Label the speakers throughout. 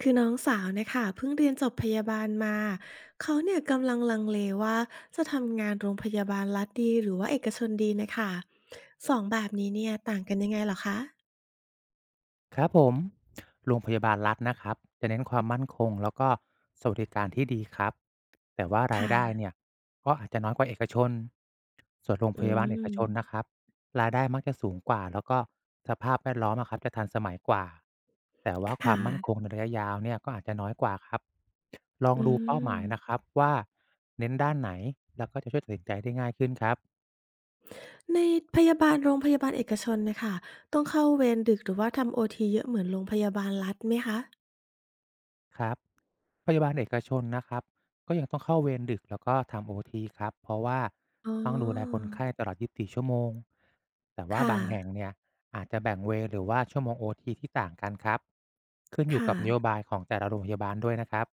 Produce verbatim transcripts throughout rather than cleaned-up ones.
Speaker 1: คือน้องสาวเนี่ยค่ะเพิ่งเรียนจบพยาบาลมาเขาเนี่ยกำลังลังเลว่าจะทำงานโรงพยาบาลรัฐดีหรือว่าเอกชนดีนะคะสองแบบนี้เนี่ยต่างกันยังไงเหรอคะ
Speaker 2: ครับผมโรงพยาบาลรัฐนะครับจะเน้นความมั่นคงแล้วก็สวัสดิการที่ดีครับแต่ว่าราย
Speaker 1: ค่ะ
Speaker 2: ได้เนี่ยก็อาจจะน้อยกว่าเอกชนส่วนโรง
Speaker 1: อื
Speaker 2: พยาบาลเอกชนนะค
Speaker 1: ม
Speaker 2: รับรายได้มักจะสูงกว่าแล้วก็สภาพแวดล้อมอะครับจะทันสมัยกว่าแต่
Speaker 1: ค
Speaker 2: ว่าความมั่นค
Speaker 1: ่ะ
Speaker 2: งในระยะยาวเนี่ยก็อาจจะน้อยกว่าครับลอง
Speaker 1: อื
Speaker 2: ดูเป้าห
Speaker 1: ม
Speaker 2: มายนะครับว่าเน้นด้านไหนแล้วก็จะช่วยตัดสินใจได้ง่ายขึ้นครับ
Speaker 1: ในพยาบาลโรงพยาบาลเอกชนเนะคะต้องเข้าเวรดึกหรือว่าทำโอทีเยอะเหมือนโรงพยาบาลรัฐไหมคะ
Speaker 2: ครับพยาบาลเอกชนนะครับก็ยังต้องเข้าเวรดึกแล้วก็ทำโอทีครับเพราะว่า
Speaker 1: อ๋
Speaker 2: ต้องดูแลคน
Speaker 1: อ
Speaker 2: ไข้ตลอดยี่สิบสี่ชั่วโมงแต่ว่า
Speaker 1: ค่ะ
Speaker 2: บางแห่งเนี่ยอาจจะแบ่งเวรหรือว่าชั่วโมงโอทีที่ต่างกันครับขึ้นอยู่
Speaker 1: ค่ะ
Speaker 2: กับนโยบายของแต่ละโรงพยาบาลด้วยนะครับ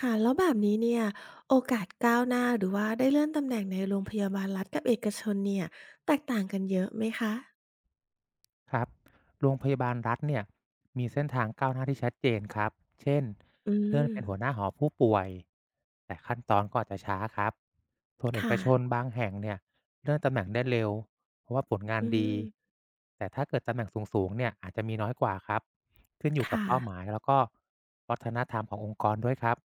Speaker 1: ค่ะแล้วแบบนี้เนี่ยโอกาสก้าวหน้าหรือว่าได้เลื่อนตำแหน่งในโรงพยาบาลรัฐกับเอกชนเนี่ยแตกต่างกันเยอะไหมคะ
Speaker 2: ครับโรงพยาบาลรัฐเนี่ยมีเส้นทางก้าวหน้าที่ชัดเจนครับเช่น
Speaker 1: อื
Speaker 2: เลื่อน
Speaker 1: ม
Speaker 2: เป็นหัวหน้าหอผู้ป่วย แต่ขั้นตอนก็อาจจะช้าครับส่วนเอก
Speaker 1: ค่ะ
Speaker 2: ชนบางแห่งเนี่ยเลื่อนตำแหน่งได้เร็ว เพราะว่าผลงาน
Speaker 1: อื
Speaker 2: ดี
Speaker 1: ม
Speaker 2: แต่ถ้าเกิดตำแหน่งสูงๆเนี่ยอาจจะมีน้อยกว่าครับขึ้นอยู่กับ
Speaker 1: ค่ะ
Speaker 2: เป้าหมายแล้วก็วัฒนธรรมขององค์กรด้วยครับ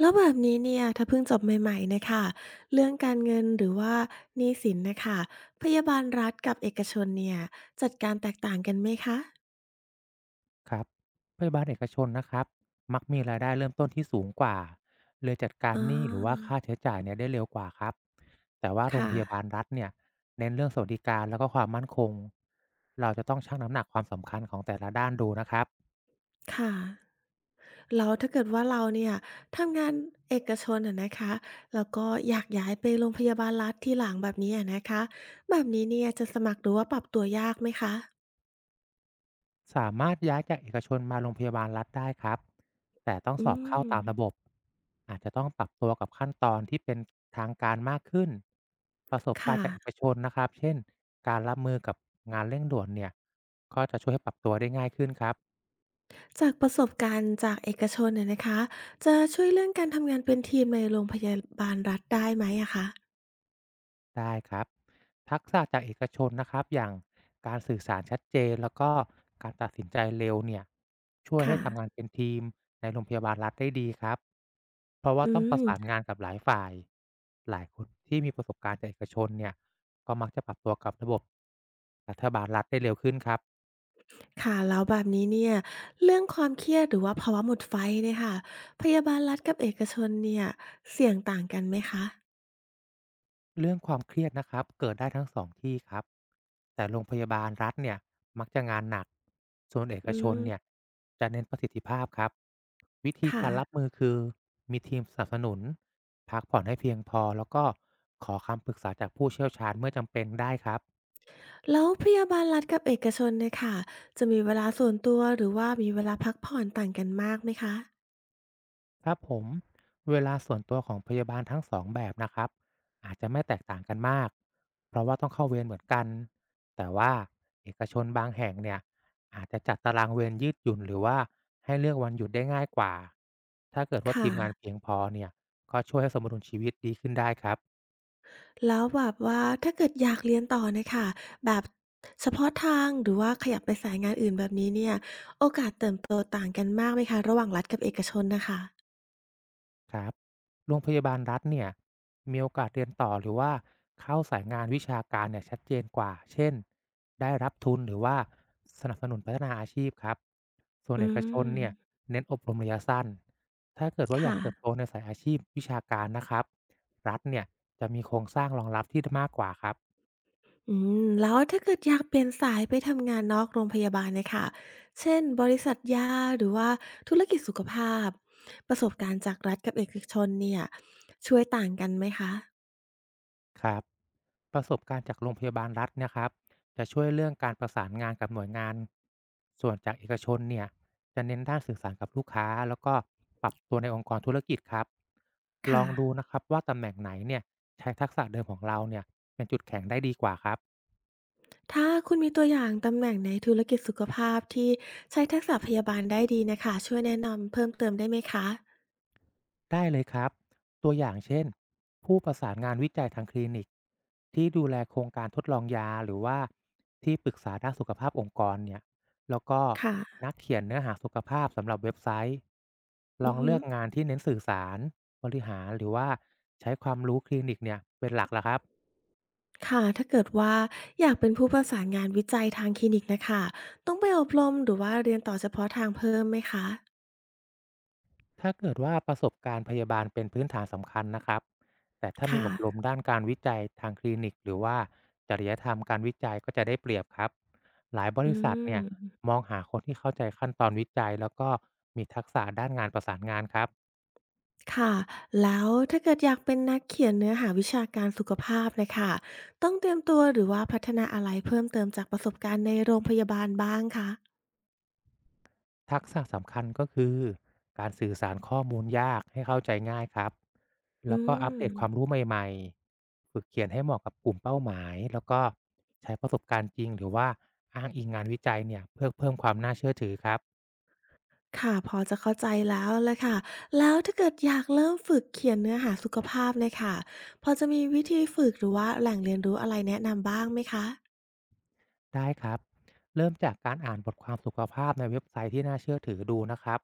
Speaker 1: แล้วแบบนี้เนี่ยถ้าเพิ่งจบใหม่ๆน่ะค่ะเรื่องการเงินหรือว่าหนี้สินน่ะค่ะพยาบาลรัฐกับเอกชนเนี่ยจัดการแตกต่างกันไหมคะ
Speaker 2: ครับพยาบาลเอกชนนะครับมักมีรายได้เริ่มต้นที่สูงกว่าเลยจัดการ
Speaker 1: อ๋
Speaker 2: หนี้หรือว่า
Speaker 1: อ
Speaker 2: ค่าใช้จ่ายเนี่ยได้เร็วกว่าครับแต่ว่าโรง
Speaker 1: ค่ะ
Speaker 2: พยาบาลรัฐเนี่ยเน้นเรื่องสวัสดิการแล้วก็ความมั่นคงเราจะต้องชั่งน้ำหนักความสำคัญของแต่ละด้านดูนะครับ
Speaker 1: ค่ะแล้วถ้าเกิดว่าเราเนี่ยทำงานเอกชนอะนะคะแล้วก็อยากย้ายไปโรงพยาบาลรัฐทีหลังแบบนี้อะนะคะแบบนี้เนี่ยจะสมัครหรือว่าปรับตัวยากไหมคะ
Speaker 2: สามารถย้ายจากเอกชนมาโรงพยาบาลรัฐได้ครับ แต่ต้องส
Speaker 1: อื
Speaker 2: อบเข้าตามระ
Speaker 1: ม
Speaker 2: บบอาจจะต้องปรับตัวกับขั้นตอนที่เป็นทางการมากขึ้น ประสบ
Speaker 1: ค
Speaker 2: การณ์จากเอก
Speaker 1: ่ะ
Speaker 2: ชนนะครับ เช่นการรับมือกับงานเร่งด่วนเนี่ย ก็จะช่วยให้ปรับตัวได้ง่ายขึ้นครับ
Speaker 1: จากประสบการณ์จากเอกชนอะนะคะจะช่วยเรื่องการทำงานเป็นทีมในโรงพยาบาลรัฐได้ไหมอะคะ
Speaker 2: ได้ครับทักษะจากเอกชนนะครับอย่างการสื่อสารชัดเจนแล้วก็การตัดสินใจเร็วเนี่ยช่วยให้
Speaker 1: ค่ะ
Speaker 2: ทำงานเป็นทีมในโรงพยาบาลรัฐได้ดีครับเพราะว่า
Speaker 1: อื
Speaker 2: ต้องประสาน
Speaker 1: ม
Speaker 2: งานกับหลายฝ่ายหลายคนที่มีประสบการณ์จากเอกชนเนี่ยก็มักจะปรับตัวกับระบบรัฐบาลรัฐได้เร็วขึ้นครับ
Speaker 1: ค่ะแล้วแบบนี้เนี่ยเรื่องความเครียดหรือว่าภาวะหมดไฟเนี่ยค่ะพยาบาลรัฐกับเอกชนเนี่ยเสี่ยงต่างกันไหมคะ
Speaker 2: เรื่องความเครียดนะครับเกิดได้ทั้งสองที่ครับแต่โรงพยาบาลรัฐเนี่ยมักจะงานหนักส่วนเอก
Speaker 1: อื
Speaker 2: ชนเนี่ย
Speaker 1: ม
Speaker 2: จะเน้นประสิทธิภาพครับวิธี
Speaker 1: ค่ะ
Speaker 2: การรับมือคือมีทีมสนับสนุนพักผ่อนให้เพียงพอแล้วก็ขอคำปรึกษาจากผู้เชี่ยวชาญเมื่อจำเป็นได้ครับ
Speaker 1: แล้วพยาบาลรัฐกับเอกชนเนี่ยค่ะจะมีเวลาส่วนตัวหรือว่ามีเวลาพักผ่อนต่างกันมากไหมคะ
Speaker 2: ครับผมเวลาส่วนตัวของพยาบาลทั้งสองแบบนะครับอาจจะไม่แตกต่างกันมากเพราะว่าต้องเข้าเวรเหมือนกันแต่ว่าเอกชนบางแห่งเนี่ยอาจจะจัดตารางเวรยืดหยุ่นหรือว่าให้เลือกวันหยุดได้ง่ายกว่าถ้าเกิดว่าที
Speaker 1: ค่ะ
Speaker 2: มงานเพียงพอเนี่ยก็ช่วยให้สมดุลชีวิตดีขึ้นได้ครับ
Speaker 1: แล้วแบบว่าถ้าเกิดอยากเรียนต่อเนี่ยค่ะแบบเฉพาะทางหรือว่าขยับไปสายงานอื่นแบบนี้เนี่ยโอกาสเติบโตต่างกันมากไหมคะระหว่างรัฐกับเอกชนน่ะค่ะ
Speaker 2: ครับโรงพยาบาลรัฐเนี่ยมีโอกาสเรียนต่อหรือว่าเข้าสายงานวิชาการเนี่ยชัดเจนกว่า เช่น ได้รับทุนหรือว่าสนับสนุนพัฒนาอาชีพครับส่วน
Speaker 1: อื
Speaker 2: เอกชน
Speaker 1: ม
Speaker 2: เนี่ยเน้นอบรมระยะสั้นถ้าเกิดว่าอยาก
Speaker 1: ค่ะ
Speaker 2: เติบโตในสายอาชีพวิชาการนะครับรัฐเนี่ยจะมีโครงสร้างรองรับที่มากกว่าครับ
Speaker 1: อืมแล้วถ้าเกิดอยากเปลี่ยนสายไปทำงานนอกโรงพยาบาลเนี่ยค่ะเช่นบริษัทยาหรือว่าธุรกิจสุขภาพประสบการณ์จากรัฐกับเอกชนเนี่ยช่วยต่างกันไหมคะ
Speaker 2: ครับประสบการณ์จากโรงพยาบาลรัฐเนะครับจะช่วยเรื่องการประสานงานกับหน่วยงานส่วนจากเอกชนเนี่ยจะเน้นด้านสื่อสารกับลูกค้าแล้วก็ปรับตัวในองค์กรธุรกิจครับลอ
Speaker 1: ค่ะ
Speaker 2: งดูนะครับว่าตำแหน่งไหนเนี่ยใช้ทักษะเดิมของเราเนี่ยเป็นจุดแข็งได้ดีกว่าครับ
Speaker 1: ถ้าคุณมีตัวอย่างตำแหน่งในธุรกิจสุขภาพที่ใช้ทักษะพยาบาลได้ดีน่ะค่ะช่วยแนะนำเพิ่มเติมได้ไหมคะ
Speaker 2: ได้เลยครับตัวอย่างเช่นผู้ประสานงานวิจัยทางคลินิกที่ดูแลโครงการทดลองยาหรือว่าที่ปรึกษาด้านสุขภาพองค์กรเนี่ยแล้วก็
Speaker 1: ค่ะ
Speaker 2: นักเขียนเนื้อหาสุขภาพสำหรับเว็บไซต์ล
Speaker 1: อื
Speaker 2: อง
Speaker 1: อฮึ
Speaker 2: เลือกงานที่เน้นสื่อสารบริหารหรือว่าใช้ความรู้คลินิกเนี่ยเป็นหลักละครับ
Speaker 1: ค่ะถ้าเกิดว่าอยากเป็นผู้ประสานงานวิจัยทางคลินิกน่ะค่ะต้องไปอบรมหรือว่าเรียนต่อเฉพาะทางเพิ่มไหมคะ
Speaker 2: ถ้าเกิดว่าประสบการณ์พยาบาลเป็นพื้นฐานสำคัญนะครับ แต่ถ้ามี
Speaker 1: ค่ะ
Speaker 2: อบรมด้านการวิจัยทางคลินิกหรือว่าจริยธรรมการวิจัยก็จะได้เปรียบครับ หลายบ
Speaker 1: อื
Speaker 2: ริษัทเนี่ย
Speaker 1: ม
Speaker 2: มองหาคนที่เข้าใจขั้นตอนวิจัยแล้วก็มีทักษะด้านงานประสานงานครับ
Speaker 1: ค่ะแล้วถ้าเกิดอยากเป็นนักเขียนเนื้อหาวิชาการสุขภาพนะค่ะต้องเตรียมตัวหรือว่าพัฒนาอะไรเพิ่มเติมจากประสบการณ์ในโรงพยาบาลบ้างคะ
Speaker 2: ทักษะสำคัญก็คือการสื่อสารข้อมูลยากให้เข้าใจง่ายครับแล้
Speaker 1: อื
Speaker 2: วก็อัป
Speaker 1: ม
Speaker 2: เดตความรู้ใหม่ๆฝึกเขียนให้เหมาะกับกลุ่มเป้าหมายแล้วก็ใช้ประสบการณ์จริงหรือว่าอ้างอิงงานวิจัยเนี่ยเพื่อเพิ่มความน่าเชื่อถือครับ
Speaker 1: ค่ะพอจะเข้าใจแล้วล่ะค่ะแล้วถ้าเกิดอยากเริ่มฝึกเขียนเนื้อหาสุขภาพเน่ยค่ะพอจะมีวิธีฝึกหรือว่าแหล่งเรียนรู้อะไรแนะนำบ้างไหมคะ
Speaker 2: ได้ครับ เริ่มจากการอ่านบทความสุขภาพในเว็บไซต์ที่น่าเชื่อถือดูนะครับ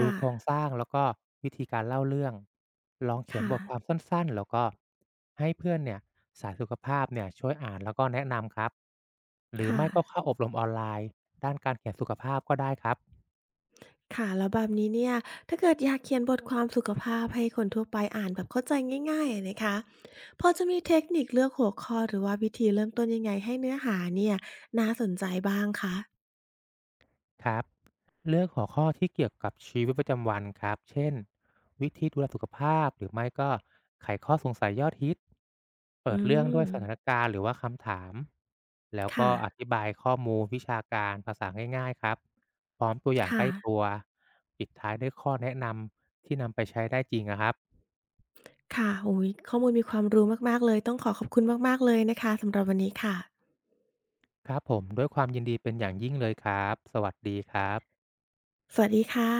Speaker 2: ดู
Speaker 1: ่ะ
Speaker 2: โครงสร้างแล้วก็วิธีการเล่าเรื่อง ลองเขียนบ
Speaker 1: ค่ะ
Speaker 2: ทความสั้นๆแล้วก็ให้เพื่อนเนี่ยสายสุขภาพเนี่ยช่วยอ่านแล้วก็แนะนำครับหรือ
Speaker 1: ค่ะ
Speaker 2: ไม่ก็เข้าอบรมออนไลน์ด้านการเขียนสุขภาพก็ได้ครับ
Speaker 1: ค่ะแล้วแบบนี้เนี่ยถ้าเกิดอยากเขียนบทความสุขภาพให้คนทั่วไปอ่านแบบเข้าใจง่ายๆอะนะคะพอจะมีเทคนิคเลือกหัวข้อหรือว่าวิธีเริ่มต้นยังไงให้เนื้อหาเนี่ยน่าสนใจบ้างคะ
Speaker 2: ครับเลือกหัวข้อที่เกี่ยวกับชีวิตประจำวันครับเช่นวิธีดูแลสุขภาพหรือไม่ก็ไขข้อสงสัยยอดฮิตเปิด
Speaker 1: อื
Speaker 2: เรื่องด้ว
Speaker 1: ม
Speaker 2: ยสถานการณ์หรือว่าคำถามแล้วก็
Speaker 1: ค่ะ
Speaker 2: อธิบายข้อมูลวิชาการภาษาง่ายๆครับพร้อมตัวอย่างใกล้ตั
Speaker 1: ค่ะ
Speaker 2: วปิดท้ายด้วยข้อแนะนำที่นำไปใช้ได้จริงนะครับ
Speaker 1: ค่ะโอ้โฮข้อมูลมีความรู้มากๆเลยต้องขอขอบคุณมากๆเลยนะคะสำหรับวันนี้ค่ะ
Speaker 2: ครับผมด้วยความยินดีเป็นอย่างยิ่งเลยครับสวัสดีครับ
Speaker 1: สวัสดีค่ะ